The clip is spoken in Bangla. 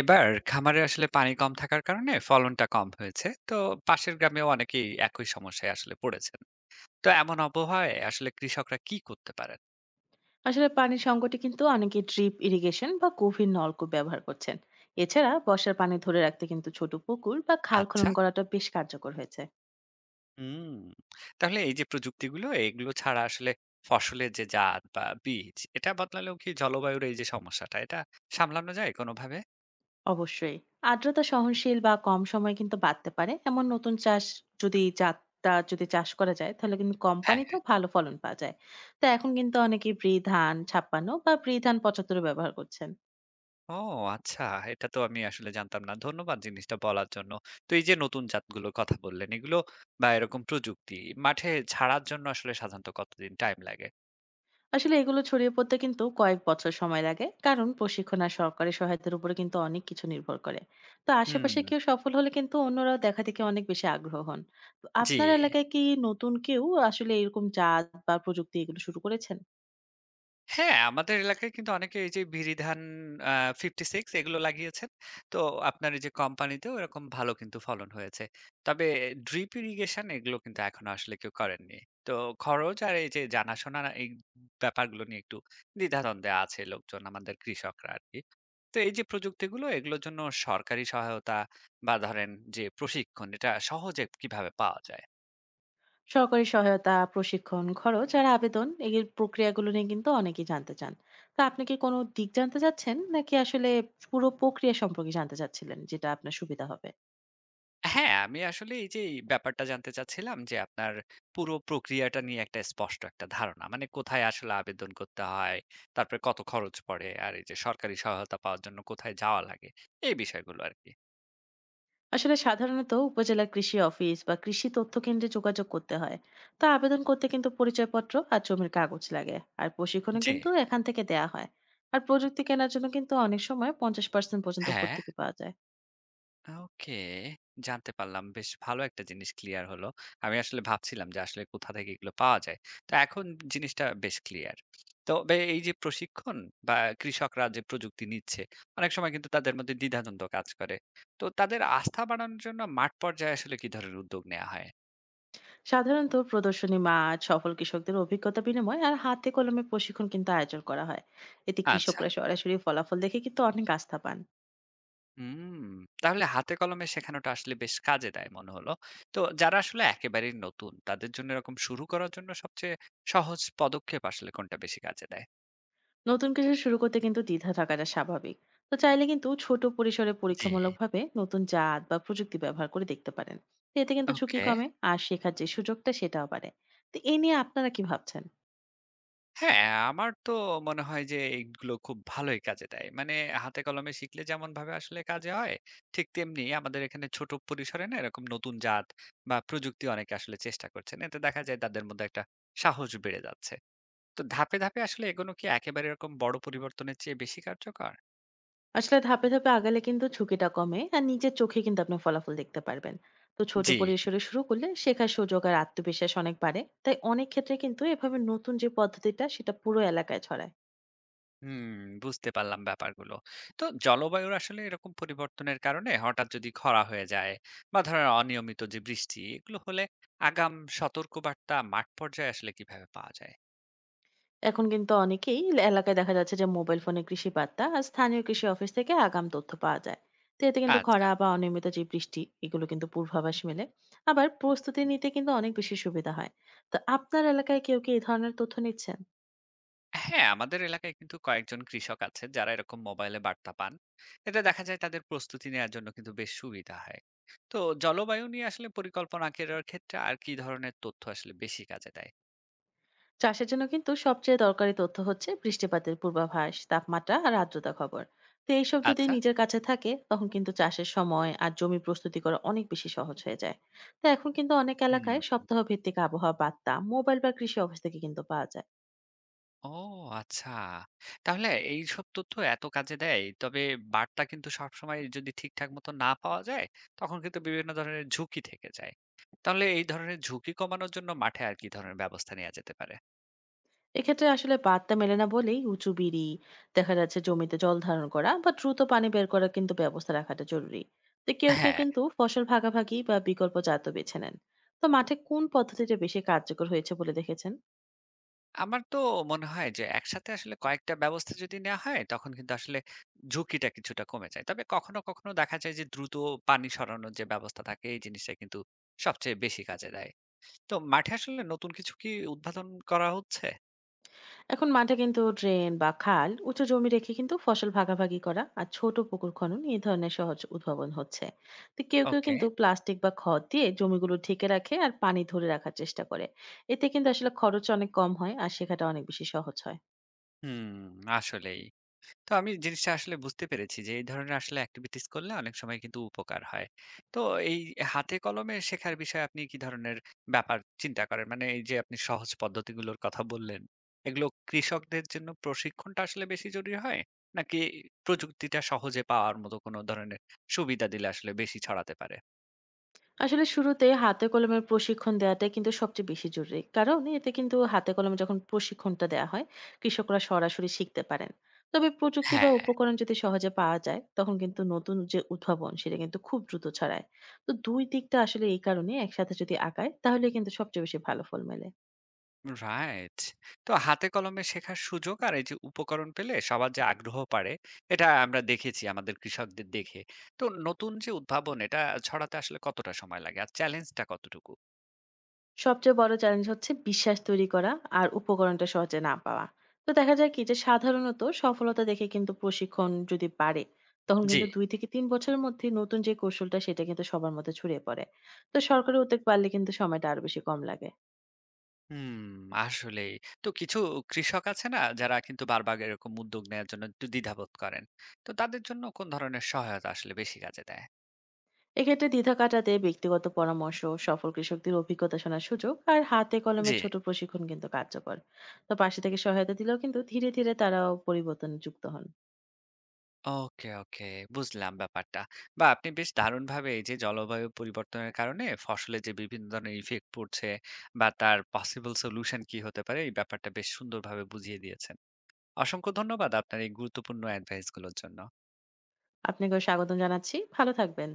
এবার খামারে আসলে পানি কম থাকার কারণে ফলনটা কম হয়েছে। তো পাশের গ্রামেও অনেকেই একই সমস্যায় আসলে পড়েছেন। তো এমন আবহাওয়ায় আসলে কৃষকরা কি করতে পারেন? আসলে পানির সংকটে কিন্তু অনেকে ড্রিপ ইরিগেশন বা গভীর নলকূপ ব্যবহার করছেন। এছাড়া বর্ষার পানি ধরে রাখতে কিন্তু ছোট পুকুর বা খাল আচ্ছা। খনন করাটা বেশ কার্যকর হয়েছে। হুম। তাহলে এই যে প্রযুক্তিগুলো, এগুলো ছাড়া আসলে ফসলের যে জাত বা বীজ, এটা বদলালেও কি জলবায়ুর এই যে সমস্যাটা, এটা সামলানো যায় কোনোভাবে? অবশ্যই, আর্দ্রতা সহনশীল বা কম সময়ে কিন্তু বাড়তে পারে এমন নতুন চাষ যদি জাতটা চাষ করা যায় তাহলে কিন্তু হ্যাঁ। কোম্পানিতেও ভালো ফলন পাওয়া যায়। তো এখন কিন্তু অনেকে ব্রি ধান 56 বা ব্রি ধান 75 ব্যবহার করছেন। ও আচ্ছা। এটা তো আমি আসলে জানতাম না। ধন্যবাদ জিনিসটা বলার জন্য। তো এই যে নতুন জাতগুলোর কথা বললেন, এগুলো বা এরকম প্রযুক্তি মাঠে ছাড়ার জন্য আসলে সাধারণত কতদিন টাইম লাগে? আসলে এগুলো ছড়িয়ে পড়তে কিন্তু কয়েক বছর সময় লাগে, কারণ প্রশিক্ষণ আর সরকারি সহায়তার উপরে কিন্তু অনেক কিছু নির্ভর করে। তো আশেপাশে হুম। কেউ সফল হলে কিন্তু অন্যরাও দেখা দেখে অনেক বেশি আগ্রহ হন। তো জি। আপনার এলাকায় কি নতুন কেউ আসলে এরকম জাত বা প্রযুক্তি এগুলো শুরু করেছেন? হ্যাঁ, আমাদের এলাকায় কিন্তু অনেকে এই যে বিরিধান আ 56 এগুলো লাগিয়েছেন। তো আপনার এই যে কোম্পানিতেও এরকম ভালো কিন্তু ফলন হয়েছে। তবে ড্রিপ ইরিগেশন এগুলো কিন্তু এখনো আসলে কেউ করেননি। তো খরচ আর এই যে জানাশোনা, এই ব্যাপারগুলো নিয়ে একটু দ্বিধাদ্বন্দ্বে আছে লোকজন, আমাদের কৃষকরা আরকি। তো এই যে প্রযুক্তিগুলো, এগুলোর জন্য সরকারি সহায়তা বা ধরেন যে প্রশিক্ষণ, এটা সহজে কিভাবে পাওয়া যায়? সরকারি সহায়তা, প্রশিক্ষণ, খরচ আর আবেদন এই প্রক্রিয়াগুলো নিয়ে কিন্তু অনেকেই জানতে চান। তা আপনি কি কোনো দিক জানতে চাচ্ছেন নাকি আসলে পুরো প্রক্রিয়া সম্পর্কে জানতে চাচ্ছিলেন, যেটা আপনার সুবিধা হবে? হ্যাঁ, আমি আসলে এই যে এই ব্যাপারটা জানতে চাচ্ছিলাম যে আপনার পুরো প্রক্রিয়াটা নিয়ে একটা স্পষ্ট একটা ধারণা। মানে কোথায় আসলে আবেদন করতে হয়, তারপরে কত খরচ পড়ে, আর এই যে সরকারি সহায়তা পাওয়ার জন্য কোথায় যাওয়া লাগে, এই বিষয়গুলো আরকি। আসলে সাধারণত উপজেলা কৃষি অফিস বা কৃষি তথ্য কেন্দ্রে যোগাযোগ করতে হয়। তা আবেদন করতে কিন্তু পরিচয়পত্র আর জমির কাগজ লাগে। আর প্রশিক্ষণও জি, কিন্তু এখান থেকে দেয়া হয়। আর প্রযুক্তি কেনার জন্য কিন্তু অনেক সময় 50% পর্যন্ত হ্যাঁ। ভর্তুকি পাওয়া যায়। ওকে, জানতে পারলাম। বেশ ভালো একটা জিনিস ক্লিয়ার হলো। আমি আসলে ভাবছিলাম যে আসলে কোথা থেকে এগুলো পাওয়া যায়। তো এখন জিনিসটা বেশ ক্লিয়ার। তবে এই যে প্রশিক্ষণ বা কৃষকরা যে প্রযুক্তি নিচ্ছে, অনেক সময় কিন্তু তাদের মধ্যে দ্বিধাদ্বন্দ্ব কাজ করে। তো তাদের আস্থা বাড়ানোর জন্য মাঠ পর্যায়ে আসলে কি ধরনের উদ্যোগ নেওয়া হয়? সাধারণত প্রদর্শনী মাঠ, সফল কৃষকদের অভিজ্ঞতা বিনিময় আর হাতে কলমে প্রশিক্ষণ কিন্তু আয়োজন করা হয়। এতে আচ্ছা। কৃষকরা সরাসরি ফলাফল দেখে কিন্তু অনেক আস্থা পান। হুম, তাহলে হাতে কলমে শেখানোটা আসলে বেশ কাজে দেয় মনে হলো। তো যারা আসলে একেবারেই নতুন, তাদের জন্য এরকম শুরু করার জন্য সবচেয়ে সহজ পদক্ষেপ আসলে কোনটা বেশি কাজে দেয়? নতুন কিছু শুরু করতে কিন্তু দ্বিধা থাকাটা স্বাভাবিক। তো চাইলে কিন্তু ছোট পরিসরে জি, পরীক্ষামূলকভাবে নতুন জাত বা প্রযুক্তি ব্যবহার করে দেখতে পারেন। তো এতে কিন্তু ঝুঁকি ওকে। কমে আর শেখার যে সুযোগটা সেটাও বাড়ে। তো এ নিয়ে আপনারা কি ভাবছেন? হ্যাঁ, আমার তো মনে হয় যে এইগুলো খুব ভালোই কাজে দেয়। মানে হাতে কলমে শিখলে যেমনভাবে আসলে কাজে হয়, ঠিক তেমনি আমাদের এখানে ছোট পরিসরে না এরকম নতুন জাত বা প্রযুক্তি অনেকে আসলে চেষ্টা করছেন। এতে দেখা যায় তাদের মধ্যে একটা সাহস বেড়ে যাচ্ছে। তো ধাপে ধাপে আসলে এগোনো কি একেবারে এরকম বড় পরিবর্তনের চেয়ে বেশি কার্যকর? আসলে ধাপে ধাপে আগালে কিন্তু ঝুঁকিটা কমে আর নিজের চোখে কিন্তু আপনি ফলাফল দেখতে পারবেন। তো ছোট জি। পরিসরে শুরু করলে শেখার সুযোগ আর আত্মবিশ্বাস অনেক বাড়ে, তাই অনেক ক্ষেত্রে কিন্তু এভাবে নতুন যে পদ্ধতিটা সেটা পুরো এলাকায় ছড়ায়। হুম, বুঝতে পারলাম ব্যাপারগুলো। তো জলবায়ুর আসলে এরকম পরিবর্তনের কারণে হঠাৎ যদি খরা হয়ে যায় বা ধরেন অনিয়মিত যে বৃষ্টি, এগুলো হলে আগাম সতর্কবার্তা মাঠ পর্যায়ে আসলে কিভাবে পাওয়া যায়? এখন কিন্তু অনেকেই এলাকায় দেখা যাচ্ছে যে মোবাইল ফোনে কৃষি বার্তা আর স্থানীয় কৃষি অফিস থেকে আগাম তথ্য পাওয়া যায়। তো এতে কিন্তু আচ্ছা। খরা বা অনিয়মিত যে বৃষ্টি এগুলো কিন্তু পূর্বাভাস মেলে। আবার প্রস্তুতি নিতে কিন্তু অনেক বেশি সুবিধা হয়। তো আপনার এলাকায় কেউ কি এই ধরনের তথ্য নিচ্ছেন? হ্যাঁ, আমাদের এলাকায় কিন্তু কয়েকজন কৃষক আছে যারা এরকম মোবাইলে বার্তা পান। এতে দেখা যায় তাদের প্রস্তুতি নেয়ার জন্য কিন্তু বেশ সুবিধা হয়। তো জলবায়ু নিয়ে আসলে পরিকল্পনা করার ক্ষেত্রে আর কি ধরনের তথ্য আসলে বেশি কাজে দেয়? চাষের জন্য কিন্তু সবচেয়ে দরকারি তথ্য হচ্ছে বৃষ্টিপাতের পূর্বাভাস, তাপমাত্রা আর আর্দ্রতা খবর। তো এইসব যদি আচ্ছা। নিজের কাছে থাকে তখন কিন্তু চাষের সময় আর জমি প্রস্তুতি করা অনেক বেশি সহজ হয়ে যায়। তো এখন কিন্তু অনেক হুম। এলাকায় সপ্তাহ ভিত্তিক আবহাওয়া বার্তা মোবাইল বা কৃষি অফিস থেকে কিন্তু পাওয়া যায়। ও আচ্ছা। তাহলে এইসব তথ্য এত কাজে দেয়। তবে বার্তা কিন্তু সবসময় যদি ঠিকঠাক মতো না পাওয়া যায়, তখন কিন্তু বিভিন্ন ধরনের ঝুঁকি থেকে যায়। তাহলে এই ধরনের ঝুঁকি কমানোর জন্য মাঠে আর কি ধরনের ব্যবস্থা নেওয়া যেতে পারে? এক্ষেত্রে আসলে বার্তা মেলে না বলেই উঁচু বিড়ি দেখা যাচ্ছে, জমিতে জল ধারণ করা বা দ্রুত পানি বের করার কিন্তু ব্যবস্থা রাখাটা জরুরি। তো কেউ কেউ হ্যাঁ, কিন্তু ফসল ভাগাভাগি বা বিকল্প জাতও বেছে নেন। তো মাঠে কোন পদ্ধতিটা বেশি কার্যকর হয়েছে বলে দেখেছেন? আমার তো মনে হয় যে একসাথে আসলে কয়েকটা ব্যবস্থা যদি নেওয়া হয়, তখন কিন্তু আসলে ঝুঁকিটা কিছুটা কমে যায়। তবে কখনো কখনো দেখা যায় যে দ্রুত পানি সরানোর যে ব্যবস্থা থাকে, এই জিনিসটা কিন্তু সবচেয়ে বেশি কাজে দেয়। তো মাঠে আসলে নতুন কিছু কি উদ্ভাবন করা হচ্ছে? এখন মাঠে কিন্তু ড্রেন বা খাল, উঁচু জমি রেখে কিন্তু ফসল ভাগাভাগি করা আর ছোট পুকুর খনন এই ধরনের সহজ উদ্ভাবন হচ্ছে। তো কেউ কেউ ওকে। কিন্তু প্লাস্টিক বা খড় দিয়ে জমিগুলো ঢেকে রাখে আর পানি ধরে রাখার চেষ্টা করে। এতে কিন্তু আসলে খরচ অনেক কম হয় আর শেখাটা অনেক বেশি সহজ হয়। হুম, আসলেই। তো আমি জিনিসটা আসলে বুঝতে পেরেছি যে, এই ধরনের আসলে এক্টিভিটিস করলে অনেক সময় কিন্তু উপকার হয়। তো এই হাতে কলমে শেখার বিষয়ে আপনি কি ধরনের ব্যাপার চিন্তা করেন? মানে এই যে আপনি সহজ পদ্ধতিগুলোর কথা বললেন, এগুলো কৃষকদের জন্য প্রশিক্ষণটা আসলে বেশি জরুরি হয়? নাকি প্রযুক্তিটা সহজে পাওয়ার মতো কোনো ধরনের সুবিধা দিলে আসলে বেশি ছড়াতে পারে? আসলে শুরুতে হাতে কলমে প্রশিক্ষণ দেওয়াটাই কিন্তু সবচেয়ে বেশি জরুরি, কারণ এতে কিন্তু হাতে কলমে যখন প্রশিক্ষণটা দেওয়া হয় কৃষকরা সরাসরি শিখতে পারেন। তবে প্রযুক্তি বা উপকরণ যদি সহজে পাওয়া যায় তখন কিন্তু নতুন যে উদ্ভাবন সেটা কিন্তু খুব দ্রুত ছড়ায়। তো দুই দিকটা আসলে এই কারণে একসাথে যদি আগায় তাহলে কিন্তু সবচেয়ে বেশি ভালো ফল মেলে। রাইট। তো হাতে কলমে শেখার সুযোগ আর এই যে উপকরণ পেলে সবার যে আগ্রহ বাড়ে, এটা আমরা দেখেছি আমাদের কৃষকদের দেখে। তো নতুন যে উদ্ভাবন, এটা ছড়াতে আসলে কতটা সময় লাগে? আর চ্যালেঞ্জটা কতটুকু? সবচেয়ে বড় চ্যালেঞ্জ হচ্ছে বিশ্বাস তৈরি করা আর উপকরণটা সহজে না পাওয়া। তো দেখা যায় কি যে সাধারণত সফলতা দেখে কিন্তু প্রশিক্ষণ যদি বাড়ে তখন জি। কিন্তু 2-3 বছরের মধ্যে নতুন যে কৌশলটা সেটা কিন্তু সবার মধ্যে ছড়িয়ে পড়ে। তো সরকারি উদ্যোগ বাড়লে কিন্তু সময়টা আরো বেশি কম লাগে। হুম, আসলেই। তো কিছু কৃষক আছে না যারা কিন্তু বারবার এরকম উদ্যোগ নেয়ার জন্য একটু দ্বিধাবোধ করেন। তো তাদের জন্য কোন ধরনের সহায়তা আসলে বেশি কাজে দেয়? এক্ষেত্রে দ্বিধা কাটাতে ব্যক্তিগত পরামর্শ, সফল কৃষকদের অভিজ্ঞতা শোনার সুযোগ আর হাতে কলমে জি। ছোট প্রশিক্ষণ কিন্তু কার্যকর। তো পাশে থেকে সহায়তা দিলেও কিন্তু ধীরে ধীরে তারাও পরিবর্তন যুক্ত হন। ওকে, ওকে। বুঝলাম ব্যাপারটা। বা আপনি বেশ দারুণভাবে এই যে জলবায়ু পরিবর্তনের কারণে ফসলে যে বিভিন্ন ধরনের ইফেক্ট পড়ছে বা তার পসিবল সলিউশন কি হতে পারে, এই ব্যাপারটা বেশ সুন্দরভাবে বুঝিয়ে দিয়েছেন। অসংখ্য ধন্যবাদ আপনার এই গুরুত্বপূর্ণ এডভাইস গুলোর জন্য। আপনাকেও স্বাগতম জানাচ্ছি। ভালো থাকবেন।